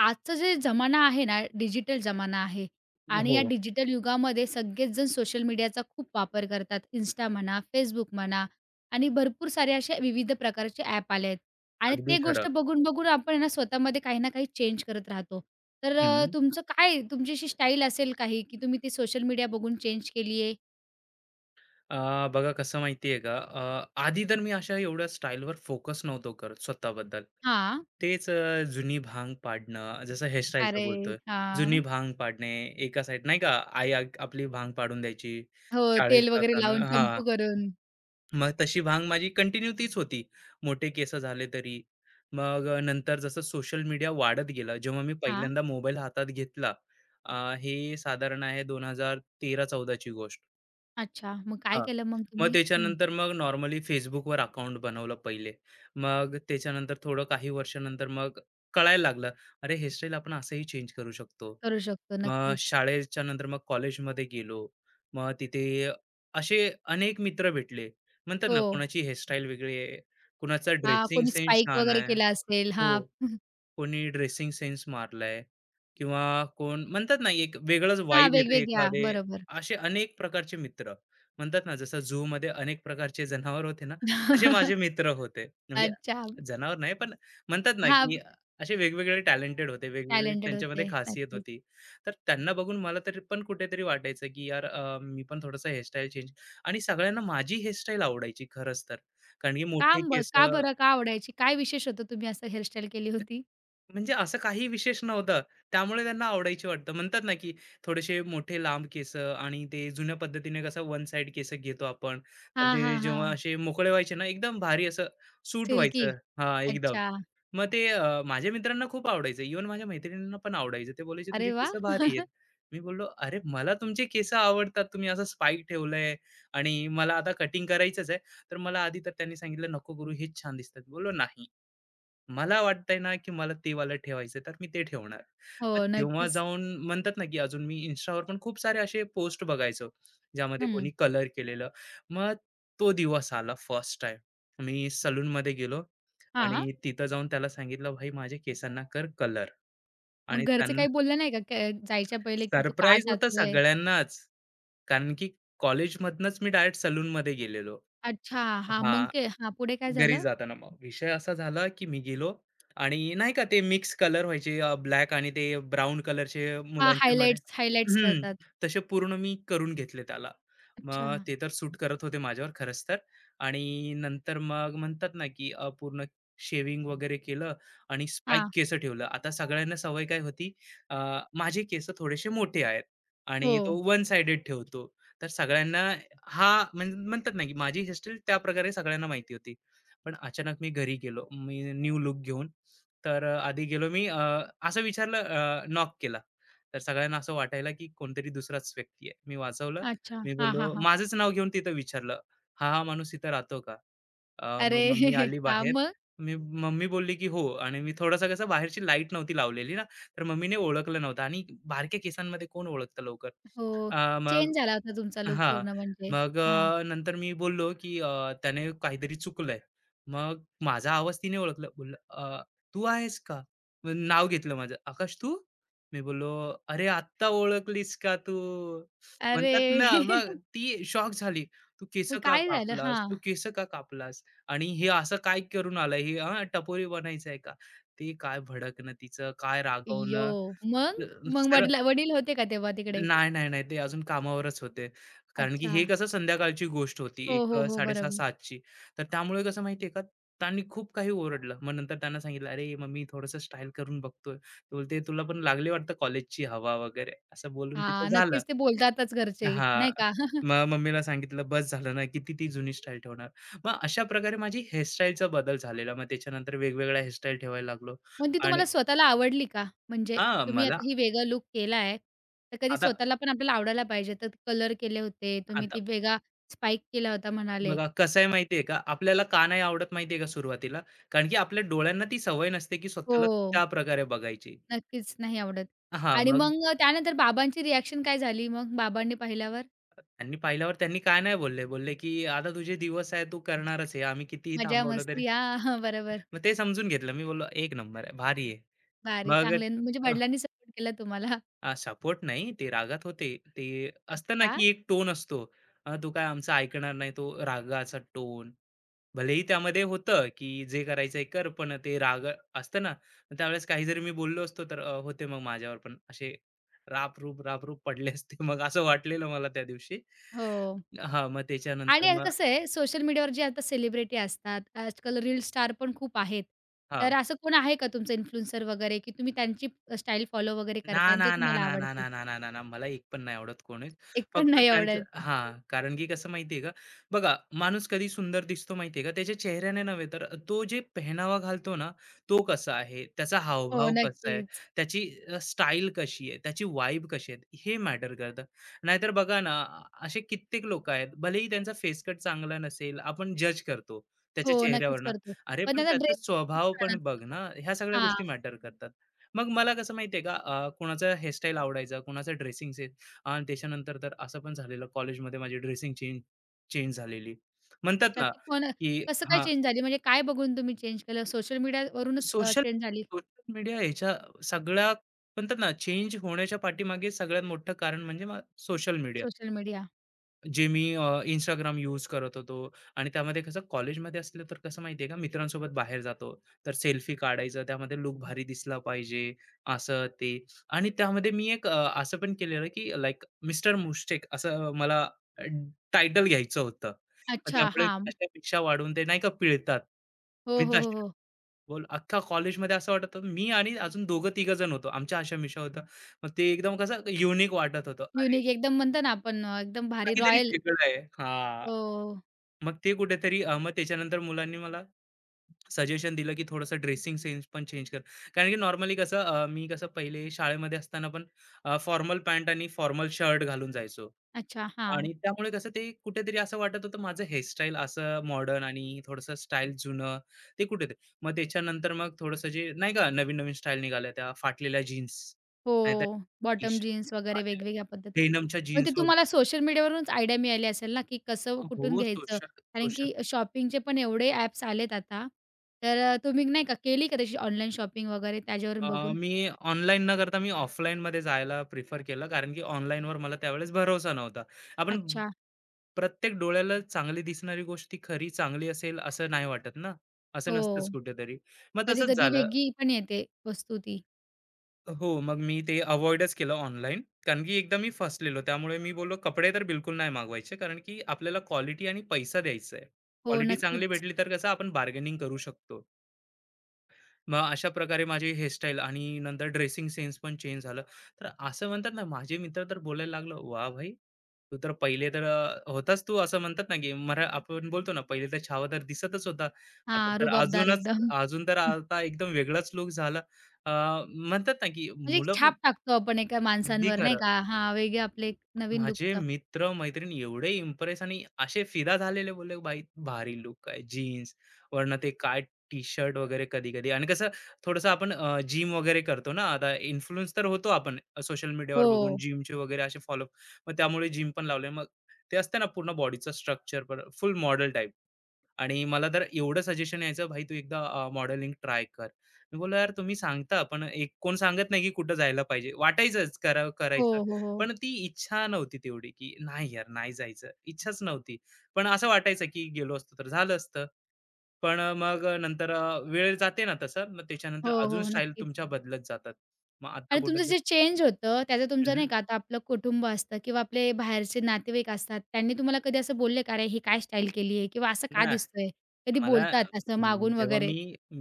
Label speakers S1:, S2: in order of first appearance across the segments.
S1: आजचा जे जमाना आहे ना, डिजिटल जमाना आहे आणि या
S2: हो,
S1: डिजिटल युगामध्ये सगळेच जण सोशल मीडियाचा खूप वापर करतात. Insta म्हणा, Facebook म्हणा आणि भरपूर सारे असे विविध प्रकारचे ॲप आले आहेत आणि
S2: अगदी
S1: ते
S2: खरं.
S1: गोष्ट बघून-बघून आपण आहे ना, स्वतःमध्ये काही ना काही चेंज करत राहतो. तर
S2: हं.
S1: तुमचं काय तुमची अशी स्टाईल असेल काही, की तुम्ही ती सोशल मीडिया बघून चेंज केली आहे?
S2: बघा कसं माहितीये का, आधी तर मी अशा एवढ्या स्टाईलवर फोकस नव्हतो करत स्वतःबद्दल.
S1: हां.
S2: तेच जुनी भांग पाडणं, जसं हेअरस्टाईलचं
S1: अरे!
S2: बोलतोय. जुनी
S1: हां.
S2: भांग पाडणे, एका साईड नाही का, आई आपली भांग पाडून द्यायची
S1: हो,
S2: शाळेत
S1: तेल वगैरे
S2: जाताना
S1: लावून,
S2: हां,
S1: शॅम्पू करून.
S2: मग तशी भांग माझी कंटिन्यू तीच होती. मोठे केस झाले तरी. मग नंतर जसं सोशल मीडिया वाढत गेलं, जेव्हा मी
S1: हां.
S2: पहिल्यांदा मोबाईल हातात घेतला, हे साधारण आहे 2013-14 ची गोष्ट.
S1: अच्छा. मग काय
S2: हां.
S1: केलं मग
S2: मग
S1: तुम्ही? हं.
S2: त्याच्यानंतर मग नॉर्मली Facebookवर अकाउंट बनवलं पहिले. मग त्याच्यानंतर थोडं काही वर्षानंतर मग कळायला लागलं, अरे हेअरस्टाईल आपण असंही चेंज करू शकतो.
S1: करू शकतो
S2: मग
S1: नक्कीच.
S2: शाळेच्या नंतर मग कॉलेजमध्ये गेलो. मग तिथे असे अनेक मित्र भेटले. म्हणतात
S1: हो.
S2: ना, कुणाची हेअरस्टाईल वेगळी आहे, कुणाचा
S1: हां,
S2: ड्रेसिंग
S1: कोणी
S2: सेन्स
S1: स्पाइक
S2: छान
S1: वगैरे
S2: आहे.
S1: केला असेल.
S2: हो.
S1: हां.
S2: कोणी ड्रेसिंग सेन्स मारलाय किंवा कोण म्हणतात ना एक वेगळंच
S1: हां,
S2: वाईब येते
S1: वेगवेगळ्या.
S2: एखादे.
S1: बरोबर.
S2: असे अनेक प्रकारचे मित्र म्हणतात ना जसं झू मध्ये अनेक प्रकारचे जनावर होते ना, तसे माझे मित्र होते. म्हणजे
S1: अच्छा.
S2: जनावर नाही, पण म्हणतात ना
S1: हां,
S2: की असे वेगवेगळे टॅलेंटेड होते, वेगवेगळे
S1: टॅलेंटेड
S2: त्यांच्यामध्ये
S1: होते.
S2: खासियत
S1: नक्कीच.
S2: होती. तर त्यांना बघून मला तरी पण कुठेतरी वाटायचं की यार, मी पण थोडंसं हेअरस्टाईल चेंज. आणि सगळ्यांना माझी हेअरस्टाईल आवडायची खरंच तर, कारण की
S1: का
S2: मोठे
S1: ब
S2: केस.
S1: का बरं का आवडायची? काय विशेष होतं तुम्ही असं हेअरस्टाईल केली होती?
S2: म्हणजे असं काही विशेष नव्हतं. त्यामुळे त्यांना आवडायची वाटतं. म्हणतात ना, की थोडेसे मोठे लांब केसं आणि ते जुन्या पद्धतीने कसं वन साइड केसं घेतो आपण. तर
S1: हां,
S2: ते
S1: हां,
S2: जेव्हा
S1: हां.
S2: असे मोकळे व्हायचे ना, एकदम भारी असं सूट
S1: सिल्की.
S2: व्हायचं. हां, एकदम.
S1: अच्छा.
S2: मग ते माझ्या मित्रांना खूप आवडायचं. इव्हन माझ्या मैत्रिणींना पण आवडायचं. ते बोलायचे, "तुझे
S1: अरे वाह!
S2: केसं भारी आहेत." मी बोललो, "अरे, मला तुमचे केसं आवडतात. तुम्ही असं स्पाइक ठेवलंय आणि मला आता कटिंग करायचंच आहे." तर मला आधी तर त्यांनी सांगितलं, "नको करू, हेच छान दिसतात." बोललो, "नाही." मला वाटतंय ना, की मला ते वालं ठेवायचं तर मी ते ठेवणार.
S1: हो,
S2: मग तेव्हा
S1: नक्कीच.
S2: जाऊन म्हणतात ना, की अजून मी Instaवर पण खूप सारे असे पोस्ट बघायचो, ज्यामध्ये
S1: हं.
S2: कोणी कलर केलेलं. मग तो दिवस आला फर्स्ट टाईम. मी सलूनमध्ये गेलो
S1: हां.
S2: आणि तिथं जाऊन त्याला सांगितलं, "भाई माझ्या केसांना कर कलर."
S1: मग
S2: आणि
S1: घरचे
S2: त्यांना
S1: काही बोलले नाही का जायच्या पहिले, की "तू का
S2: सरप्राईज होतं
S1: जातोय?"
S2: सगळ्यांनाच. कारण की कॉलेजमधनंच मी डायरेक्ट सलूनमध्ये गेलेलो.
S1: अच्छा. हां, मग
S2: हां.
S1: ते हां, पुढे काय
S2: घरी
S1: झालं?
S2: जाताना मग विषय असा झाला, की मी गेलो आणि नाही का ते मिक्स कलर व्हायचे, ब्लॅक आणि ते ब्राउन कलरचे
S1: हां,
S2: मुलांचे मध्ये.
S1: हायलाइट्स हायलाइट्स
S2: हं,
S1: करतात.
S2: तसे पूर्ण मी करून घेतले त्याला.
S1: अच्छा.
S2: मग ते तर सूट करत होते माझ्यावर खरंच तर, आणि नंतर मग म्हणतात ना, की पूर्ण शेव्हिंग वगैरे केलं आणि स्पाइक
S1: हां.
S2: केस ठेवलं. आता सगळ्यांना सवय काय होती, अ, माझे केस थोडेसे मोठे आहेत
S1: हो.
S2: आणि तो वन साइडेड ठेवतो. तर सगळ्यांना हा, म्हणतात ना, की माझी हेअरस्टाईल त्याप्रकारे सगळ्यांना माहिती होती. पण अचानक मी घरी गेलो, मी न्यू लुक घेऊन. तर आधी गेलो मी, असं विचारलं, नॉक केला. तर सगळ्यांना असं वाटायला की कोणतरी दुसराच व्यक्ती आहे. मी वाचवलं.
S1: अच्छा.
S2: मी
S1: हां, हां,
S2: बोललो
S1: हां.
S2: माझंच नाव घेऊन तिथं विचारलं, हा हा माणूस इथं राहतो का.
S1: अरे!
S2: मग मम्मी आली
S1: हां,
S2: बाहेर.
S1: मग?
S2: मी मम्मी बोलली की हो, आणि मी थोडंसं कसं बाहेरची लाईट नव्हती लावलेली ना, तर मम्मीने ओळखलं नव्हतं. आणि बारक्या केसांमध्ये कोण ओळखतं लवकर.
S1: हो,
S2: अ, मग
S1: चेंज झाला होता तुमचा लूक
S2: हां.
S1: पूर्ण म्हणजे.
S2: मग
S1: हां.
S2: नंतर मी बोललो, की "त्याने काहीतरी चुकलंय." मग माझा आवाज तिने ओळखला. बोललं, तू आहेस का?" मग नाव घेतलं माझं, "आकाश तू?" मी बोललो, "अरे आत्ता ओळखलीस का तू?" म्हणतात
S1: अरे!
S2: ना, मग ती शॉक झाली. "तू केस
S1: मग
S2: का
S1: काय झालं?
S2: कापलास? तू
S1: हां.
S2: केस का कापलास? आणि हे असं काय करून आलं? हे हां, टपोरी बनायचं आहे का?" ते काय भडकणं तिचं, काय
S1: अय्यो!
S2: रागवणं.
S1: मग? मग वडील होते का तेव्हा तिकडे?
S2: नाही, नाही, नाही. ते अजून कामावरच होते. कारण की
S1: अच्छा.
S2: हे कसं संध्याकाळची गोष्ट होती.
S1: हो,
S2: एक
S1: हो, हो, बरोबर.
S2: 6:30-7:00. तर त्यामुळे कसं माहिती आहे का, त्यांनी खूप काही ओरडलं. मग नंतर त्यांना सांगितलं, "अरे, मग मी थोडंसं स्टाईल करून बघतोय." ते बोलते, "तुला पण लागली वाटतं कॉलेजची हवा वगैरे." असं बोलून
S1: हां,
S2: तिचं झालं.
S1: नक्कीच ते बोलतातच घरचे,
S2: हां.
S1: नाही का?
S2: मग मम्मीला सांगितलं, "बस झालं ना, किती ती जुनी स्टाईल ठेवणार." मग अशा प्रकारे माझी हेअरस्टाईलचा बदल झालेला. मग त्याच्यानंतर वेगवेगळ्या हेअरस्टाईल ठेवायला लागलो.
S1: मग ती
S2: आणि
S1: तुम्हाला स्वतःला आवडली का? म्हणजे
S2: हां,
S1: तुम्ही
S2: मला
S1: आता ही वेगळा लूक केला आहे, तर कधी
S2: आता
S1: स्वतःला पण आपल्याला आवडायला पाहिजे. तर कलर केले होते, तुम्ही
S2: आता
S1: ती वेगळा स्पाइक केला होता म्हणाले.
S2: बघा कसं आहे माहितीये का, आपल्याला का नाही आवडत माहितीये का सुरुवातीला, कारण की आपल्या डोळ्यांना ती सवय नसते, की
S1: हो.
S2: स्वतःला त्या प्रकारे बघायची.
S1: नक्कीच नाही आवडत.
S2: हां,
S1: आणि
S2: मग
S1: मग त्यानंतर बाबांची रिएक्शन काय झाली मग बाबांनी पाहिल्यावर?
S2: त्यांनी पाहिल्यावर त्यांनी काय नाही बोलले. बोलले, की "आता तुझे दिवस आहे, तू करणारच हे. आम्ही कितीही
S1: मजा,
S2: थांबवलं तरी."
S1: मस्ती हां, हां, बरोबर.
S2: मग ते समजून घेतलं. मी बोललो, "एक नंबर आहे, भारी आहे."
S1: भारी
S2: मग
S1: चांगले म्हणजे वडिलांनी सपोर्ट केला तुम्हाला.
S2: सपोर्ट नाही, ते रागात होते. ते असतं ना,
S1: अच्छा.
S2: की एक टोन असतो. तू काय आमचं ऐकणार नाही." तो रागाचा टोन. भलेही त्यामध्ये होतं, की जे करायचं कर, पण ते राग असतं ना, मग त्यावेळेस काही जरी मी बोललो असतो, तर होते मग माझ्यावर पण असे राप-रूप, राप-रूप पडले असते. मग असं वाटलेलं मला त्या दिवशी.
S1: हो.
S2: हां, मग त्याच्यानंतर
S1: आणि
S2: मग
S1: कसं आहे सोशल मीडियावर जे आता सेलिब्रिटी असतात, आजकाल रील स्टार पण खूप आहेत. तर
S2: हां.
S1: असं कोण आहे का तुमचं इन्फ्लुएन्सर वगैरे, की तुम्ही त्यांची स्टाईल फॉलो वगैरे करता
S2: ना,
S1: आणि ते
S2: ना, ना,
S1: तुम्हाला
S2: ना, ना,
S1: आवडते?
S2: ना, ना, ना, ना, ना. मला एक पण नाही आवडत कोणीच.
S1: एक पण
S2: फक्त
S1: नाही
S2: त्यांचं
S1: आवडत.
S2: हां, कारण की कसं माहितीये का, बघा माणूस कधी सुंदर दिसतो माहितीये का, त्याच्या चेहऱ्याने नव्हे तर तो जे पेहनावा घालतो ना, तो कसा आहे, त्याचा
S1: हो,
S2: हावभाव कसा आहे,
S1: नक्कीच.
S2: त्याची स्टाईल कशी आहे, त्याची वाइब कशी आहे, हे मॅटर करतं. नाहीतर बघा ना, असे कित्येक लोकं आहेत, भलेही त्यांचा फेस कट चांगला नसेल, आपण जज करतो त्याच्या
S1: हो, नक्कीच
S2: चेहऱ्यावरनं.
S1: करतो.
S2: अरे,
S1: पण
S2: पण
S1: त्याचा
S2: त्याचा
S1: ड्रेस खूप
S2: स्वभाव
S1: छान
S2: पण बघ
S1: असतो.
S2: ना, ह्या सगळ्या
S1: हां.
S2: गोष्टी मॅटर करतात. मग मला कसं माहितीये का, कोणाचा हेअरस्टाईल आवडायचा, कोणाचा ड्रेसिंग सेन्स. आणि त्याच्यानंतर तर असं पण झालेलं कॉलेजमध्ये माझी ड्रेसिंग चेंज चेंज झालेली. म्हणतात
S1: अच्छा,
S2: ना,
S1: ती कोण
S2: की
S1: कसं काय
S2: हां,
S1: चेंज झाली? म्हणजे काय बघून तुम्ही चेंज केलं? सोशल मीडियावरूनच
S2: सोशल
S1: चेंज झाली?
S2: सोशल मीडिया ह्याच्या सगळ्या म्हणतात ना, चेंज होण्याच्या पाठीमागे सगळ्यात मोठं कारण म्हणजे सोशल मीडिया.
S1: Social media.
S2: जे मी Instagram यूज करत होतो आणि त्यामध्ये कसं कॉलेजमध्ये असलं तर कसं माहितीये का मित्रांसोबत बाहेर जातो, तर सेल्फी काढायचं, त्यामध्ये लुक भारी दिसला पाहिजे असं ते. आणि त्यामध्ये मी एक असं पण केलेलं की लाईक मिस्टर मुस्टेक असं मला टायटल घ्यायचं होतं, पण
S1: अच्छा,
S2: त्यामुळे
S1: हां.
S2: त्याच्यापेक्षा वाढून ते नाही का पिळतात,
S1: हो,
S2: मी
S1: हो, हो,
S2: तशा
S1: हो.
S2: बोल. अख्खा कॉलेजमध्ये असं वाटत होतं, मी आणि अजून दोघं तिघ जण होतो, आमच्या आशा मिशा होता. मग ते एकदम कसं युनिक वाटत होतं, अरे
S1: युनिक एकदम म्हणतो ना आपण एकदम भारी
S2: काहीतरी
S1: रॉयल
S2: वेगळं आहे हा.
S1: हो.
S2: मग ते कुठेतरी, मग त्याच्यानंतर मुलांनी मला सजेशन दिलं, की थोडंसं ड्रेसिंग सेन्स पण चेंज कर. कारण की नॉर्मली कसं मी कसं पहिले शाळेमध्ये असताना पण फॉर्मल पॅन्ट आणि फॉर्मल शर्ट घालून जायचो.
S1: अच्छा, हां.
S2: आणि त्यामुळे कसं ते कुठेतरी असं वाटत होतं, माझं हेअरस्टाईल असं मॉडर्न आणि थोडंसं स्टाईल जुनं, ते कुठेतरी. मग त्याच्यानंतर मग थोडंसं जे नाही का नवीन-नवीन स्टाईल निघाल्या, त्या फाटलेल्या जीन्स नाहीतर
S1: हो.
S2: टी
S1: बॉटम जीन्स वगैरे वेगवेगळ्या पद्धतीचे. मग ते
S2: जीन्स वगैरे.
S1: तुम्हाला सोशल मीडियावरूनच आयडिया मिळाली असेल ना, की कसं कुठून
S2: हो,
S1: घ्यायचं? कारण
S2: सोशल
S1: की शॉपिंगचे पण एवढे ॲप्स आलेत आता. तर तुम्ही नाही का केली का तशी ऑनलाईन शॉपिंग वगैरे त्याच्यावरून
S2: अ,
S1: बघून?
S2: मी ऑनलाईन न करता मी ऑफलाईनमध्ये जायला प्रिफर केलं, कारण की ऑनलाईनवर मला त्यावेळेस भरोसा नव्हता. आपण
S1: अच्छा.
S2: प्रत्येक डोळ्याला चांगली दिसणारी गोष्ट ती खरी चांगली असेल असं नाही वाटत ना, असं नसतंच
S1: हो.
S2: कुठेतरी. मग तसंच
S1: कधी-कधी
S2: झालं.
S1: वेगळी पण येते वस्तू ती.
S2: हो, मग मी ते अव्हॉइडच केलं ऑनलाईन, कारण की एकदा मी फसलेलो. त्यामुळे मी बोललो कपडे तर बिलकुल नाही मागवायचे, कारण की आपल्याला क्वालिटी आणि पैसा द्यायचा आहे.
S1: हो,
S2: क्वालिटी चांगली
S1: नक्कीच.
S2: भेटली तर कसं आपण बार्गेनिंग करू शकतो. मग अशा प्रकारे माझी हेअरस्टाईल आणि नंतर ड्रेसिंग सेन्स पण चेंज झालं. तर असं म्हणतात ना, माझे मित्र तर बोलायला लागलं, "वाह भाई! तू तर पहिले तर होताच तू." असं म्हणतात ना, की मरा आपण बोलतो ना, "पहिले तर छावा तर दिसतच होता. आता
S1: हां,
S2: तर
S1: रुबाबदार
S2: अजूनच
S1: एकदम.
S2: अजून तर आता एकदम वेगळाच लूक झाला." अ, म्हणतात ना, की
S1: म्हणजे एक
S2: मुलं पण
S1: छाप टाकतो आपण एका
S2: अगदी
S1: माणसांवर नाही
S2: खरं.
S1: का? हां, वेगळे आपले एक नवीन
S2: माझे
S1: लूकचं.
S2: मित्र-मैत्रीण एवढे इम्प्रेस आणि असे फिदा झालेले बोलले, "भाई भारी लुक आहे, जीन्स वरनं ते काय टी-शर्ट वगैरे कधी-कधी." आणि कसं थोडंसं आपण जिम वगैरे करतो ना, आता इन्फ्लुएन्स तर होतो आपण सोशल मीडियावर बघून
S1: हो.
S2: जिमचे वगैरे असे फॉलो. मग त्यामुळे जिम पण लावले. मग ते असतं ना पूर्ण बॉडीचं स्ट्रक्चर, फुल मॉडेल टाइप. आणि मला तर एवढं सजेशन यायचं, "भाई तू एकदा मॉडेलिंग ट्राय कर." मी बोललो, "यार तुम्ही सांगता, पण एक कोण सांगत नाही की कुठं जायला पाहिजे." वाटायचंच करा
S1: हो,
S2: करायचं,
S1: हो, हो.
S2: पण ती इच्छा नव्हती तेवढी की नाही यार नाही जायचं. इच्छाच नव्हती. पण असं वाटायचं की गेलो असतो तर झालं असतं. पण मग नंतर वेळ जाते ना तसं, मग त्याच्यानंतर
S1: हो,
S2: अजून
S1: हो,
S2: स्टाईल
S1: नक्कीच.
S2: तुमच्या बदलत जातात. मग आता
S1: आणि तुमचं
S2: कुठेतरी
S1: जे चेंज होतं त्याचं तुमचं नाही
S2: हं,
S1: का आता आपलं कुटुंब असतं किंवा आपले बाहेरचे नातेवाईक असतात, त्यांनी तुम्हाला कधी असं बोलले का? "अरे, ही काय स्टाईल केली आहे?" किंवा "असं का
S2: नाही
S1: दिसतोय?" कधी
S2: मला
S1: बोलतात असं
S2: अं,
S1: मागून
S2: जेव्हा
S1: वगैरे?
S2: मी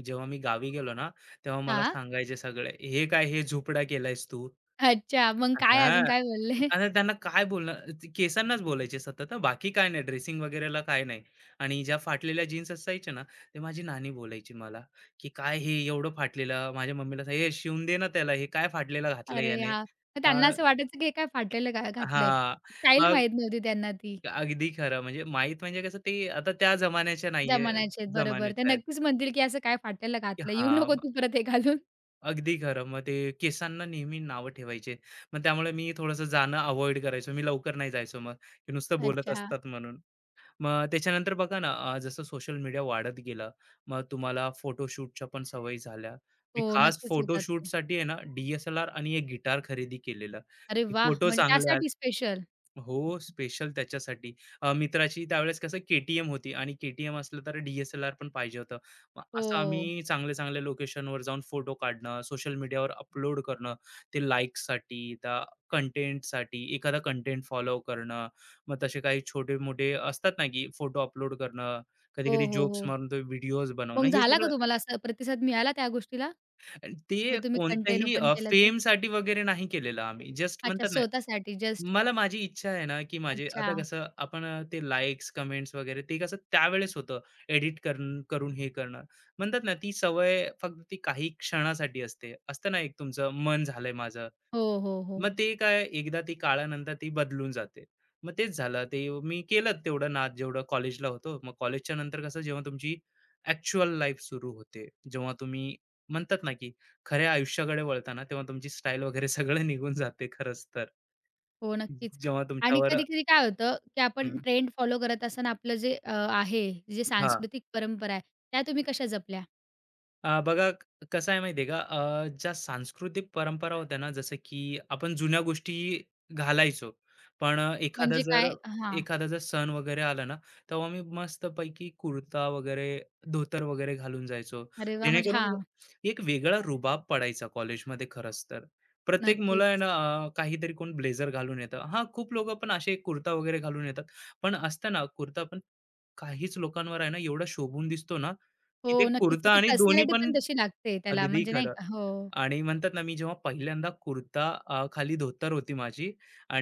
S2: जेव्हा मी गावी गेलो ना, तेव्हा मला
S1: हां.
S2: सांगायचे सगळे, "हे काय हे झोपडा केलायस तू?
S1: अच्छा, मग काय
S2: हां.
S1: अजून काय बोलले?
S2: आता त्यांना काय बोलणार? ते केसांनाच बोलायचे सतत हं. बाकी काय नाही, ड्रेसिंग वगैरेला काय नाही. आणि ज्या फाटलेल्या जीन्स असायच्या ना, ते माझी नानी बोलायची मला, की "काय हे एवढं फाटलेलं?" माझ्या मम्मीला सांग, "हे शिवून दे ना त्याला, हे काय फाटलेलं घातलं
S1: अरे
S2: याने."
S1: हां. मग
S2: अ,
S1: त्यांना असं वाटायचं की हे काय फाटलेलं घातलंय.
S2: हां.
S1: स्टाईल
S2: मग
S1: माहीत नव्हती त्यांना ती.
S2: अगदी खरं म्हणजे माहीत म्हणजे कसं ते आता त्या जमान्याच्या नाहीये,
S1: जमान्याचे आहेत बरोबर. ते
S2: जमान्याच्या आहेत.
S1: नक्कीच म्हणतील की असं काय फाटलेलं
S2: की
S1: घातलंय. येऊ नको
S2: हां.
S1: तू परत हे घालून.
S2: अगदी खरं. मग ते केसांना नेहमी नावं ठेवायचे. मग त्यामुळे मी थोडंसं जाणं अव्हॉइड करायचो. मी लवकर नाही जायचो मग, की नुसतं बोलत
S1: अच्छा.
S2: असतात म्हणून. मग त्याच्यानंतर बघा ना, जसं सोशल मीडिया वाढत गेला, मग तुम्हाला फोटोशूटच्या पण सवयी झाल्या. मी
S1: हो,
S2: खास
S1: नक्कीच होतात ते.
S2: फोटोशूटसाठी आहे ना, डी-एस-एल-आर आणि एक गिटार खरेदी केलेलं.
S1: अरे वाह!
S2: फोटो
S1: म्हणजे
S2: चांगले.
S1: त्यासाठी स्पेशल.
S2: हो, स्पेशल त्याच्यासाठी. मित्राची त्यावेळेस कसं के-टी-एम होती आणि के एम असलं तर डी-एस-एल-आर पण पाहिजे होतं. मग
S1: हो.
S2: असं आम्ही चांगल्या-चांगल्या लोकेशनवर जाऊन फोटो काढणं, सोशल मीडियावर अपलोड करणं, ते लाइक्ससाठी, त्या कंटेंटसाठी, एखादा कंटेंट फॉलो करणं. मग तसे काही छोटे-मोठे असतात ना, की फोटो अपलोड करणं, कधी-कधी
S1: हो, हो,
S2: जोक्स
S1: हो.
S2: मारून ते व्हिडिओज बनवणं.
S1: मग
S2: हे
S1: झाला का
S2: सगळं
S1: तुम्हाला असा प्रतिसाद मिळाला त्या गोष्टीला?
S2: ते
S1: म्हणजे तुम्ही कंटेन
S2: कोणत्याही
S1: ओपन केलं तर?
S2: फेमसाठी वगैरे नाही केलेलं आम्ही. जस्ट
S1: अच्छा
S2: म्हणतात ना
S1: स्वतःसाठी जस्ट.
S2: मला माझी इच्छा आहे ना, की माझे
S1: अच्छा.
S2: आता कसं आपण, ते लाइक्स, कमेंट्स वगैरे ते कसं त्यावेळेस होतं एडिट करून करून हे करणं. म्हणतात ना, ती सवय फक्त ती काही क्षणासाठी असते. असतं ना, एक तुमचं मन झालंय माझं.
S1: हो, हो, हो.
S2: मग ते काय एकदा ती काळानंतर ती बदलून जाते. मग तेच झालं ते मी केलं तेवढं नाद जेवढं कॉलेजला होतो. मग कॉलेजच्या नंतर कसं जेव्हा तुमची ॲक्चुअल लाईफ सुरू होते, जेव्हा तुम्ही म्हणतात ना, की खऱ्या आयुष्याकडे वळता तेव्हा तुमची स्टाईल वगैरे सगळं निघून जाते खरंच तर.
S1: हो, नक्कीच.
S2: जेव्हा
S1: आणि
S2: तुमच्यावर
S1: कधी-कधी काय होतं, की आपण
S2: हं,
S1: ट्रेंड फॉलो करत असताना आपलं जे आहे, जे
S2: हां.
S1: सांस्कृतिक परंपरा आहे, त्या तुम्ही कशा जपल्या?
S2: बघा कसं आहे माहिती का, ज्या सांस्कृतिक परंपरा होत्या ना, जसं की आपण जुन्या गोष्टी घालायचो. पण, एखादा
S1: म्हणजे काय
S2: जर
S1: हां.
S2: एखादा जर सण वगैरे आला ना, तेव्हा मी मस्तपैकी कुर्ता वगैरे, धोतर वगैरे घालून जायचो.
S1: अरे वाह! म्हणजे
S2: जेणेकरून
S1: हां,
S2: एक वेगळा रुबाब पडायचा कॉलेजमध्ये खरंच तर. प्रत्येक मुलं आहे
S1: नक्कीच.
S2: ना, काहीतरी कोण ब्लेझर घालून येतं. हां, खूप लोकं पण असे कुर्ता वगैरे घालून येतात. पण असतं ना, कुर्ता पण काहीच लोकांवर आहे ना, एवढा शोभून दिसतो ना,
S1: हो,
S2: की ते
S1: नक्कीच. तर
S2: कुर्ता
S1: ती
S2: आणि दोन्ही
S1: पर्सनॅलिटी
S2: पण
S1: पण तशी लागते त्याला,
S2: अगदी
S1: म्हणजे नाही
S2: खरं.
S1: का? हो.
S2: आणि म्हणतात ना, मी जेव्हा पहिल्यांदा कुर्ता, खाली धोतर होती माझी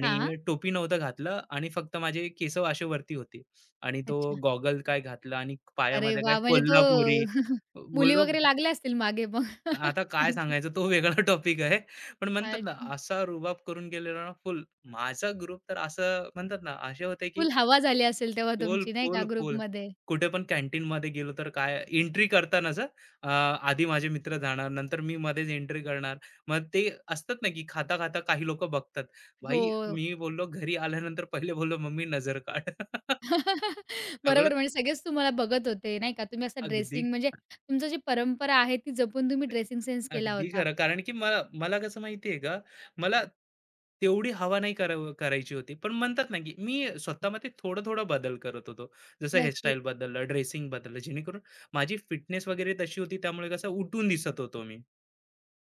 S1: हां.
S2: टोपी नव्हतं घातलं आणि फक्त माझे केस असे वरती होते आणि तो
S1: अच्छा.
S2: गॉगल काय घातला आणि
S1: अरे
S2: पायामध्ये काय
S1: वाह! म्हणजे तो
S2: कोल्हापुरी.
S1: मुली
S2: बोललो
S1: वगैरे लागल्या असतील मागे मग.
S2: आता काय
S1: नक्की.
S2: सांगायचं तो वेगळा टॉपिक आहे. पण म्हणतात ना,
S1: अच्छा.
S2: असा रुबाब करून गेलेला ना फुल. माझा ग्रुप तर असं म्हणतात ना, असे होते की
S1: फुल हवा झाली असेल तेव्हा
S2: फुल,
S1: तुमची नाही
S2: फुल,
S1: का
S2: फुल.
S1: ग्रुपमध्ये?
S2: कुठे पण कॅन्टीनमध्ये गेलो तर काय एंट्री करतानाच हं, अ, आधी माझे मित्र जाणार, नंतर मी मध्येच एंट्री करणार. मग ते असतात ना, की खाता-खाता काही लोकं बघतात. भाई
S1: हो.
S2: मी बोललो घरी आल्यानंतर पहिले बोललो, "मम्मी नजर काढ." सगळं
S1: बरोबर, म्हणजे सगळेच तुम्हाला बघत होते, नाही का? तुम्ही असं
S2: अगदी
S1: ड्रेसिंग म्हणजे तुमचं जी परंपरा आहे, ती जपून तुम्ही ड्रेसिंग सेन्स केला
S2: अगदी
S1: होता.
S2: खरं. कारण की मला मला कसं माहिती आहे का, मला तेवढी हवा नाही करायची होती. पण म्हणतात ना, की मी स्वतःमध्ये थोडं-थोडं बदल करत होतो. जसं
S1: नक्की.
S2: हेअरस्टाईल बदललं, ड्रेसिंग बदललं, जेणेकरून माझी फिटनेस वगैरे तशी होती, त्यामुळे कसं उठून दिसत होतो मी.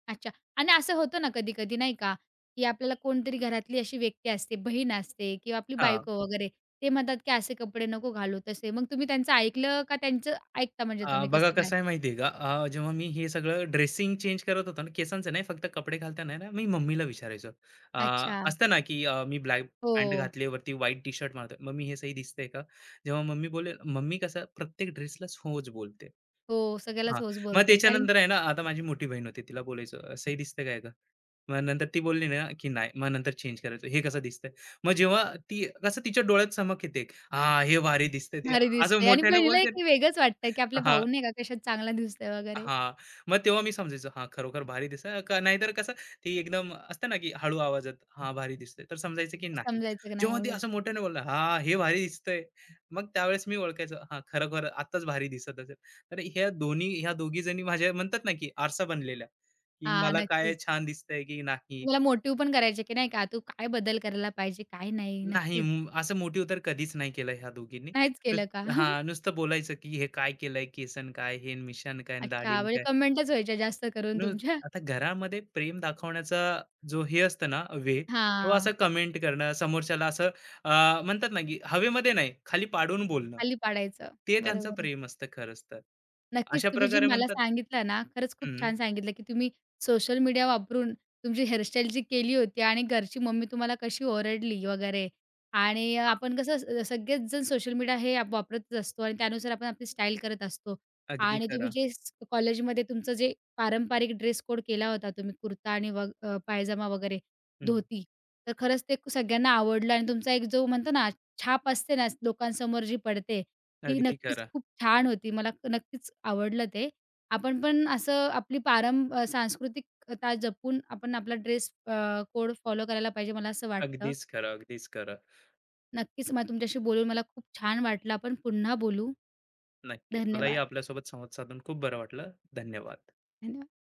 S1: अच्छा. आणि असं होतं ना कधी-कधी, नाही का, की आपल्याला कोणतरी घरातली अशी व्यक्ती असते, बहीण असते किंवा आपली
S2: हां.
S1: बायको वगैरे, ते म्हणतात की "असे कपडे नको घालू, तसे." मग तुम्ही त्यांचं ऐकलं का त्यांचं ऐकता म्हणजे तुम्ही
S2: बघा
S1: कसं काय?
S2: कसं आहे माहिती आहे का? जेव्हा मी हे सगळं ड्रेसिंग चेंज करत होतो ना, केसांचं नाही फक्त कपडे घालताना आहे ना, मी मम्मीला विचारायचो. अ,
S1: अच्छा.
S2: असतं ना, की, मी ब्लॅक पॅन्ट
S1: हो.
S2: घातली वरती व्हाईट टी शर्ट मारतोय. "मम्मी हे सही दिसतंय का?" जेव्हा मम्मी बोलेल मम्मी कसं प्रत्येक ड्रेसलाच होच बोलते.
S1: हो,
S2: हां,
S1: सगळ्यालाच होच
S2: मग
S1: बोलते, कारण
S2: त्याच्यानंतर आहे ना, आता माझी मोठी बहीण होती तिला बोलायचो, " सही दिसतंय काय गं?" मग नंतर ती बोलली ना, की "नाही." मग नंतर चेंज करायचं, "हे कसं दिसतंय?" मग जेव्हा ती कसं तिच्या डोळ्यात चमक येते, "हां, हे भारी दिसतंय ते."
S1: भारी
S2: असं
S1: दिसतंय आणि
S2: मोठ्याने
S1: बहिणीला एक
S2: बोलते
S1: वेगळंच वाटतं की आपला
S2: हां.
S1: भाऊ नाही का कशात चांगला दिसतोय वगैरे,
S2: हां. मग तेव्हा मी समजायचो, हां, खरोखर भारी दिसतंय का नाहीतर कसं ती एकदम असतं ना, की हळू आवाजात, "हां, भारी दिसतंय." तर समजायचं की नाही.
S1: समजायचं की नाही
S2: जेव्हा ते
S1: एवढं
S2: असं मोठ्याने बोललं, "हां, हे भारी दिसतंय." मग त्यावेळेस मी ओळखायचो, हां, खरोखर आत्ताच भारी दिसत असेल. तर ह्या दोघी जणी माझ्या म्हणतात ना, की आरसा बनलेल्या, की
S1: हां,
S2: मला काय
S1: नक्कीच.
S2: छान दिसतंय की नाही.
S1: तुम्हाला मोटिव्ह पण करायचे, की नाही का, "तू काय बदल करायला पाहिजे, काय नाही?"
S2: नाही,
S1: नक्कीच.
S2: असं मोठी उतर कधीच नाही केलं ह्या दोघींनी.
S1: नाहीच
S2: नुस
S1: केलं का?
S2: हां, नुसतं बोलायचं, की "हे काय केलंय? केस अन् काय? हे मिशान काय?
S1: अच्छा,
S2: दाढी
S1: म्हणजे
S2: काय?"
S1: कमेंटच व्हायच्या जास्त करून
S2: म्हणून
S1: तुमच्या?
S2: आता घरामध्ये प्रेम दाखवण्याचा जो हे असतं ना तो
S1: हां,
S2: असं कमेंट करणं समोरच्याला असं, म्हणतात ना की हवेमध्ये नाही खाली पाडून बोलणं
S1: खाली पाडायचं.
S2: ते त्यांचं
S1: बरोबर आहे.
S2: प्रेम असतं खरंच तर
S1: नक्कीच,
S2: अशा
S1: तुम्ही जी
S2: प्रकारे
S1: मला
S2: म्हणतात
S1: सांगितलं ना, खरंच खूप
S2: हम्म,
S1: छान सांगितलं, की तुम्ही सोशल मीडिया वापरून तुमची हेअरस्टाईल जी केली होती आणि घरची मम्मी तुम्हाला कशी ओरडली वगैरे आणि आपण कसं सगळेच जण सोशल मीडिया हे वापरतच असतो आणि त्यानुसार आपण आपली स्टाईल करत असतो
S2: अगदी
S1: आणि तुम्ही
S2: खरं
S1: जे कॉलेजमध्ये तुमचं जे पारंपरिक ड्रेस कोड केला होता तुम्ही कुर्ता आणि पायजामा वगैरे,
S2: हम्म,
S1: धोती. तर खरंच ते सगळ्यांना आवडलं आणि तुमचा एक जो म्हणतो ना, छाप असते ना, लोकांसमोर जी पडते ती
S2: अगदी
S1: नक्कीच
S2: खरं
S1: खूप छान होती. मला नक्कीच आवडलं ते. आपण पण असं आपली सांस्कृतिकता जपून आपण आपला ड्रेस कोड फॉलो करायला पाहिजे, मला असं वाटतं.
S2: अगदीच खरं अगदीच खरं
S1: नक्कीच मला तुमच्याशी बोलून मला खूप छान वाटलं. आपण पुन्हा बोलू.
S2: नक्कीच मलाही
S1: धन्यवाद.
S2: आपल्यासोबत संवाद साधून खूप बरं वाटलं धन्यवाद
S1: धन्यवाद.